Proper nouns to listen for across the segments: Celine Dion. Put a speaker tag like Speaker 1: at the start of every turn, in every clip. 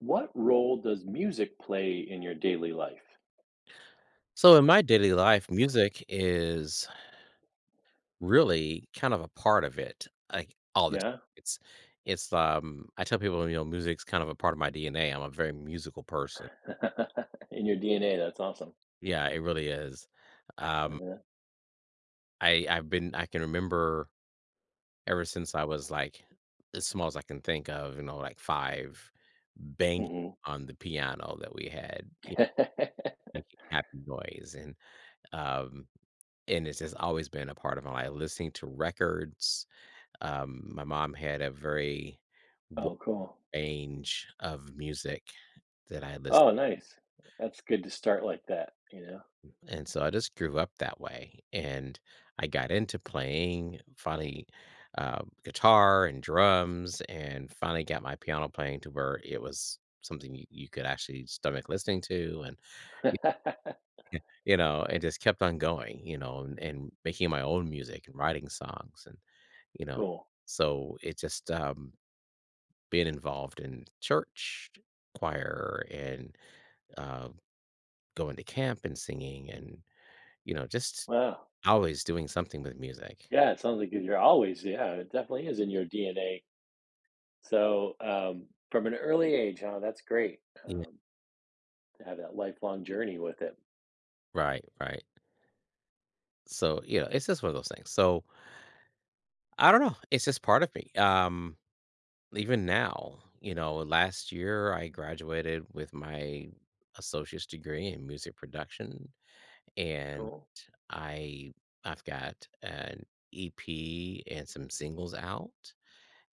Speaker 1: What role does music play in your daily life?
Speaker 2: So in my daily life, music is really kind of a part of it, like all the time.
Speaker 1: Yeah.
Speaker 2: It's it's I tell people, you know, music's kind of a part of my DNA. I'm a very musical person.
Speaker 1: In your DNA, that's awesome.
Speaker 2: Yeah, it really is. Um
Speaker 1: Yeah.
Speaker 2: I I can remember ever since I was like as small as I can think of, you know, like five banging
Speaker 1: Mhm.
Speaker 2: on the piano that we had, you know, making happy noise um and it's just always been a part of my life, listening to records. My mom had a very
Speaker 1: Oh, cool.
Speaker 2: range of music that I listened,
Speaker 1: Oh, nice. That's good to start like that, you
Speaker 2: and so I just grew up that way, and I got into playing finally, guitar and drums, and finally got my piano playing to where it was something you could actually stomach listening to, and,
Speaker 1: know?
Speaker 2: y you know, and just kept on going, you know, and making my own music and writing songs and, you know,
Speaker 1: Cool.
Speaker 2: so it just, being involved in church choir and uh, going to camp and singing and, you know, just
Speaker 1: Wow.
Speaker 2: always doing something with music.
Speaker 1: Yeah, it sounds like you're always, yeah, it definitely is in your DNA. So, from an early age, huh, that's great,
Speaker 2: Yeah.
Speaker 1: to have that lifelong journey with it.
Speaker 2: Right, right. So, you know, it's just one of those things. So I don't know, it's just part of me. Even now, you know, last year I graduated with my associate's degree in music production. And
Speaker 1: Cool.
Speaker 2: i I've got an EP and some singles out,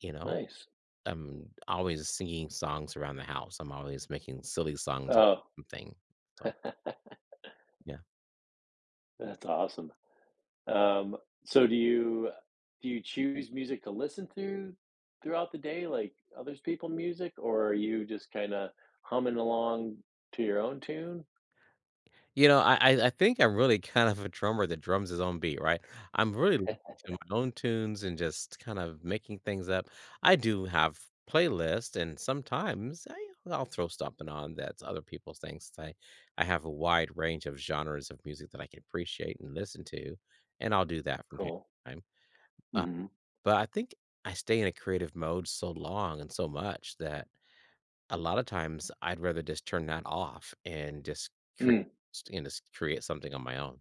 Speaker 2: you know.
Speaker 1: Nice.
Speaker 2: I'm always singing songs around the house. I'm always making silly songs of
Speaker 1: Oh,
Speaker 2: something. So, yeah.
Speaker 1: that's awesome. Um, so do you choose music to listen to throughout the day, like others people music, or are you just kind of humming along to your own tune?
Speaker 2: You know, I think I'm really kind of a drummer that drums his own beat, right? I'm really listening to my own tunes and just kind of making things up. I do have playlists, and sometimes I'll throw something on that's other people's things. I have a wide range of genres of music that I can appreciate and listen to, and I'll do that from time
Speaker 1: Cool.
Speaker 2: to time.
Speaker 1: Hmm.
Speaker 2: But I think I stay in a creative mode so long and so much that a lot of times I'd rather just turn that off create
Speaker 1: Mm,
Speaker 2: and just create something on my own.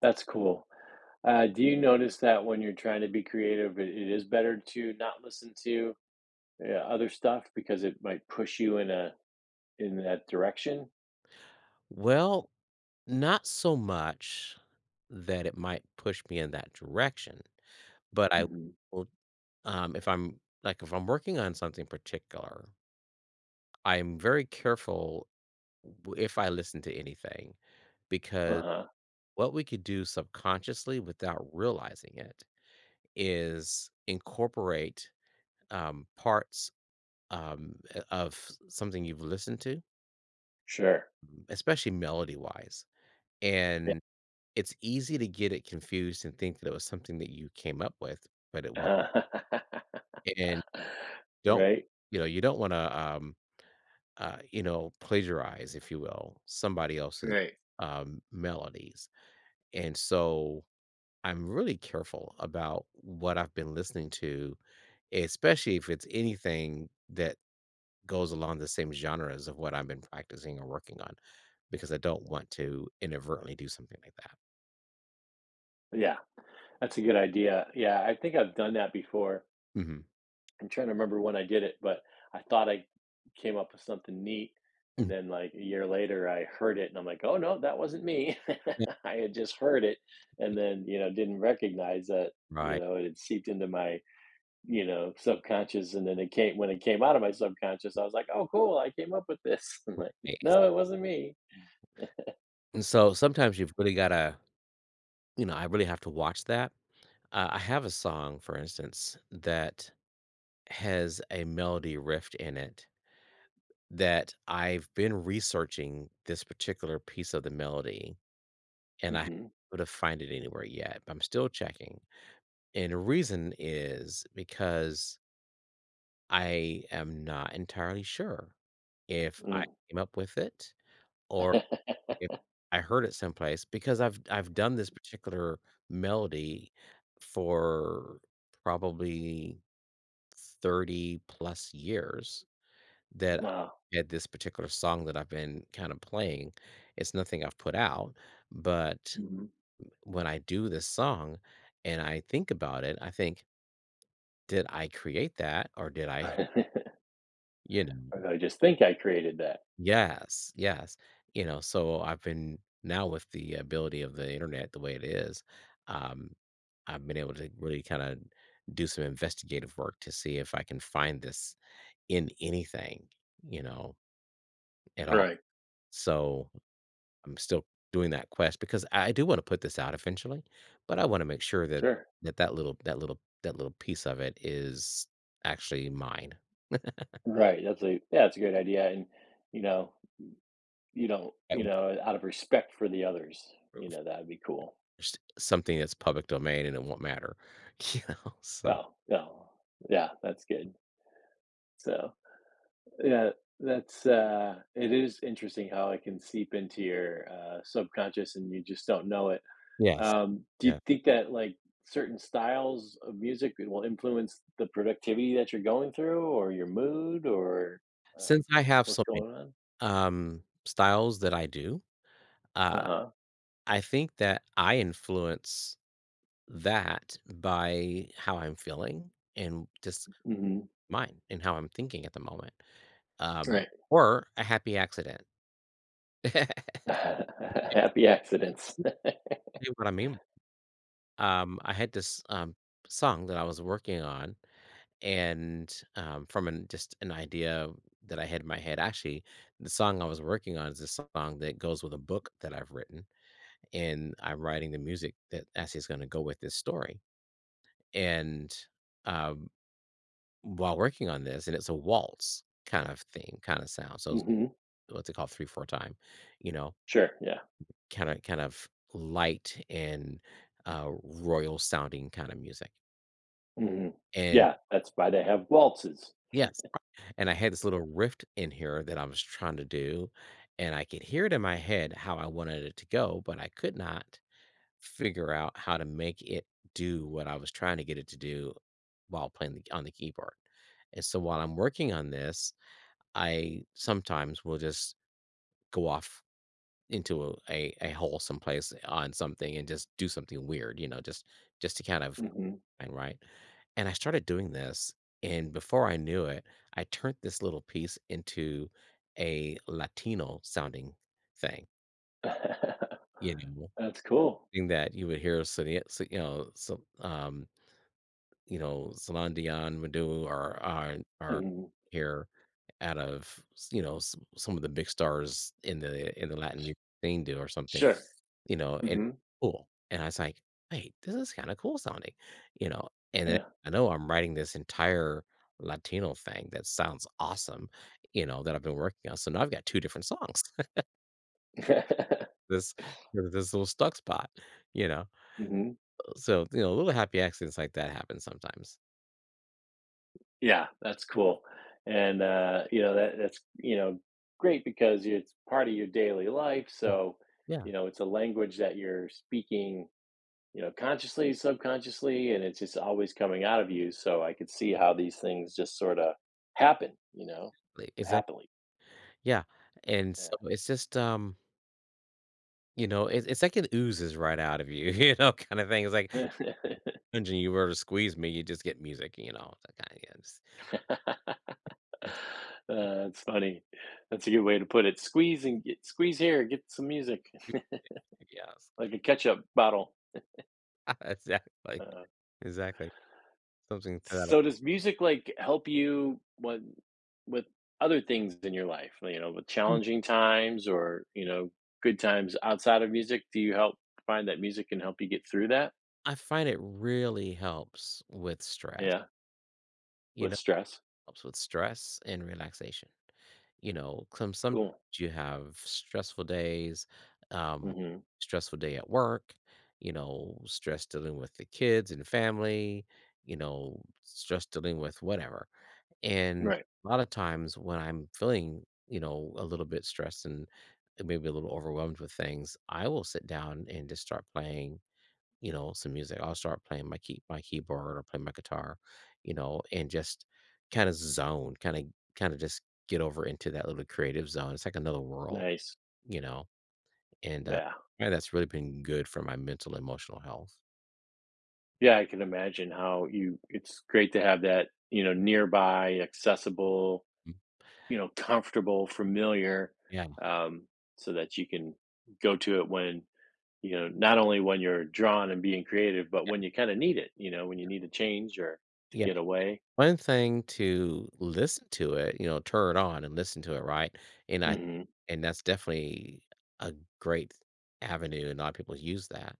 Speaker 1: that's cool. Do you notice that when you're trying to be creative, it is better to not listen to other stuff because it might push you in a in that direction?
Speaker 2: Well, not so much that it might push me in that direction, but I
Speaker 1: Hmm.
Speaker 2: will. If I'm like if I'm working on something particular, I'm very careful if I listen to anything, because
Speaker 1: Uh-huh.
Speaker 2: what we could do subconsciously without realizing it is incorporate parts of something you've listened to,
Speaker 1: Sure.
Speaker 2: especially melody wise.
Speaker 1: Yeah.
Speaker 2: And it's easy to get it confused and think that it was something that you came up with, but it wasn't. And don't,
Speaker 1: Right?
Speaker 2: you know, you don't want to you know, plagiarize, if you will, somebody else's
Speaker 1: Right.
Speaker 2: melodies. And so I'm really careful about what I've been listening to, especially if it's anything that goes along the same genres of what I've been practicing or working on, because I don't want to inadvertently do something like that.
Speaker 1: Yeah. That's a good idea. Yeah, I think I've done that before.
Speaker 2: Hmm.
Speaker 1: I'm trying to remember when I did it, but I thought I came up with something neat. And
Speaker 2: Mm.
Speaker 1: then, like a year later, I heard it and I'm like, oh no, that wasn't me.
Speaker 2: Yeah.
Speaker 1: I had just heard it, and then, didn't recognize that,
Speaker 2: Right.
Speaker 1: it had seeped into my, subconscious. And then it came, when it came out of my subconscious, I was like, oh, cool, I came up with this. I'm like,
Speaker 2: Ex-
Speaker 1: no, it wasn't me.
Speaker 2: And so sometimes you've really got to, you know, I really have to watch that. I have a song, for instance, that has a melody riff in it that I've been researching. This particular piece of the melody, and I
Speaker 1: Hmm.
Speaker 2: would have find it anywhere yet. But I'm still checking. And the reason is because I am not entirely sure if I came up with it, or if I heard it someplace, because I've done this particular melody for probably 30 plus years. That
Speaker 1: Wow.
Speaker 2: at this particular song that I've been kind of playing, it's nothing I've put out, but
Speaker 1: Hmm.
Speaker 2: when I do this song and I think about it, I think, "Did I create that or did I," you
Speaker 1: Or
Speaker 2: know.
Speaker 1: do I just think I created that.
Speaker 2: Yes, yes, you know. So I've been, now with the ability of the internet the way it is, um, I've been able to really kinda do some investigative work to see if I can find this in anything, you know, at all.
Speaker 1: Right.
Speaker 2: So I'm still doing that quest because I do want to put this out eventually, but I want to make sure that
Speaker 1: Sure.
Speaker 2: that little piece of it is actually mine.
Speaker 1: Right, that's a, yeah, that's a great idea, and, you know, you don't,
Speaker 2: At
Speaker 1: out of respect for the others, that'd be cool.
Speaker 2: worst, something that's public domain and it won't matter, you know. So
Speaker 1: Oh, no. Yeah, that's good. So, yeah, that's it is interesting how it can seep into your, subconscious and you just don't know it.
Speaker 2: yes,
Speaker 1: Do you
Speaker 2: yeah.
Speaker 1: think that, like, certain styles of music will influence the productivity that you're going through or your mood or, uh,
Speaker 2: Since I have
Speaker 1: what's
Speaker 2: so many
Speaker 1: going on?
Speaker 2: styles that I do, uh,
Speaker 1: Uh-huh.
Speaker 2: I think that I influence that by how I'm feeling and just
Speaker 1: Mhm.
Speaker 2: mine and how I'm thinking at the moment, um,
Speaker 1: Right.
Speaker 2: or a happy accident.
Speaker 1: Happy accidents.
Speaker 2: You know what I mean? I had this, song that I was working on and, from an just an idea that I had in my head. Actually, the song I was working on is a song that goes with a book that I've written, and I'm writing the music that actually is gonna go with this story. And, um, while working on this, and it's a waltz kind of thing, kinda sound, so, it's
Speaker 1: Mhm.
Speaker 2: what's it called? 3/4 time, you know,
Speaker 1: Sure, yeah.
Speaker 2: kinda kind of light and, royal sounding kinda music.
Speaker 1: Mhm.
Speaker 2: And
Speaker 1: Yeah, that's why they have waltzes.
Speaker 2: yes, and I had this little rift in here that I was trying to do, and I could hear it in my head how I wanted it to go, but I could not figure out how to make it do what I was trying to get it to do while playing the, on the keyboard. And so while I'm working on this, I sometimes will just go off into a hole someplace on something and just do something weird, you know, just to kind of.
Speaker 1: Mhm.
Speaker 2: And right? And I started doing this, and before I knew it, I turned this little piece into a Latino sounding thing, you know,
Speaker 1: That's cool.
Speaker 2: thing that you would hear, you know, some, you know, Celine Dion would do, or
Speaker 1: Mhm.
Speaker 2: hear out of you know some of the big stars in the Latin music scene do or something.
Speaker 1: Sure.
Speaker 2: You know, and
Speaker 1: Mhm.
Speaker 2: cool. And I was like, wait, this is kind of cool sounding, you know. And then
Speaker 1: Yeah.
Speaker 2: I know I'm writing this entire Latino thing that sounds awesome, you know, that I've been working on. So now I've got two different songs. this this little stuck spot, you know.
Speaker 1: Mhm.
Speaker 2: So you know, little happy accidents like that happen sometimes.
Speaker 1: Yeah, that's cool. And, that that's, great because it's part of your daily life,
Speaker 2: Mm.
Speaker 1: so,
Speaker 2: Yeah.
Speaker 1: it's a language that you're speaking, consciously, subconsciously, and it's just always coming out of you. So I could see how these things just sort of happen,
Speaker 2: Like, is that
Speaker 1: happily.
Speaker 2: yeah? And so it's just you know, it's like it oozes right out of you, you know, kind of thing. It's like
Speaker 1: Yeah.
Speaker 2: imagine you were to squeeze me, you just get music, you know, that kind yeah, just
Speaker 1: Uh,
Speaker 2: it's
Speaker 1: that's funny. That's a good way to put it. Squeeze and get, squeeze here, get some music.
Speaker 2: yes.
Speaker 1: Like a ketchup bottle.
Speaker 2: Exactly,
Speaker 1: Uh,
Speaker 2: exactly, something to that effect.
Speaker 1: so does music like help you when, with other things in your life, with challenging times or, good times outside of music? Do you help find that music can help you get through that?
Speaker 2: I find it really helps with stress,
Speaker 1: Yeah,
Speaker 2: you
Speaker 1: with
Speaker 2: know,
Speaker 1: stress.
Speaker 2: helps with stress and relaxation, you know, some
Speaker 1: Cool.
Speaker 2: you have stressful days, um,
Speaker 1: Mhm.
Speaker 2: stressful day at work, you know, stress dealing with the kids and family, you know, stress dealing with whatever. And
Speaker 1: Right.
Speaker 2: a lot of times when I'm feeling, you know, a little bit stressed and maybe a little overwhelmed with things, I will sit down and just start playing, you know, some music. I'll start playing my key my keyboard or play my guitar, you know, and just kind of zone, kind of just get over into that little creative zone. It's like another world,
Speaker 1: Nice.
Speaker 2: you know. And
Speaker 1: Yeah.
Speaker 2: yeah, that's really been good for my mental, emotional health.
Speaker 1: Yeah, I can imagine how you it's great to have that, nearby, accessible,
Speaker 2: Mm.
Speaker 1: comfortable, familiar,
Speaker 2: Yeah.
Speaker 1: um, so that you can go to it when, not only when you're drawn and being creative, but when you kind of need it, when you need a change or to get away.
Speaker 2: One thing to listen to it, you know, turn it on and listen to it, right? And I
Speaker 1: Mhm.
Speaker 2: and that's definitely a great avenue, and a lot of people use that.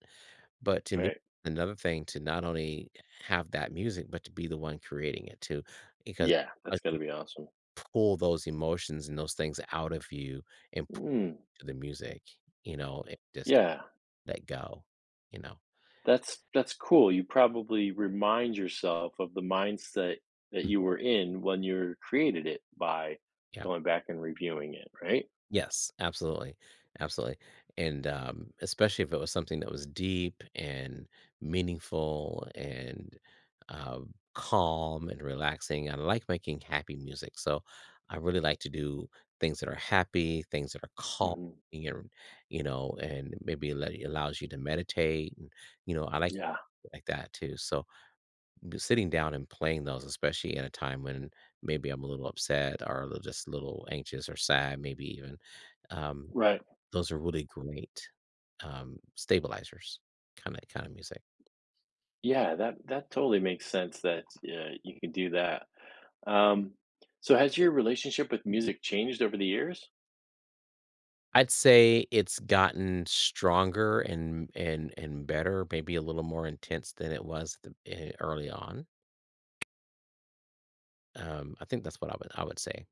Speaker 2: But to me,
Speaker 1: Right.
Speaker 2: another thing to not only have that music, but to be the one creating it too, because
Speaker 1: Yeah,
Speaker 2: I
Speaker 1: that's
Speaker 2: can
Speaker 1: gotta be awesome.
Speaker 2: pull those emotions and those things out of you and put
Speaker 1: Mm.
Speaker 2: to the music, you know, and just
Speaker 1: Yeah.
Speaker 2: let go, you know.
Speaker 1: That's cool. You probably remind yourself of the mindset that
Speaker 2: Mm.
Speaker 1: you were in when you created it by
Speaker 2: Yeah.
Speaker 1: going back and reviewing it, right?
Speaker 2: Yes, absolutely, absolutely, and, especially if it was something that was deep and meaningful and, calm and relaxing. I like making happy music, so I really like to do things that are happy, things that are calm,
Speaker 1: Mhm.
Speaker 2: and, you know, and maybe let allows you to meditate and, you know, I
Speaker 1: Yeah.
Speaker 2: like that too, so sitting down and playing those, especially in a time when maybe I'm a little upset or a little, just a little anxious or sad, maybe even. Um,
Speaker 1: Right.
Speaker 2: those are really great stabilizers, kind of music.
Speaker 1: Yeah, that that totally makes sense that, you can do that. Um, so has your relationship with music changed over the years?
Speaker 2: I'd say it's gotten stronger and better, maybe a little more intense than it was at the, eh, early on. I think that's what I would say.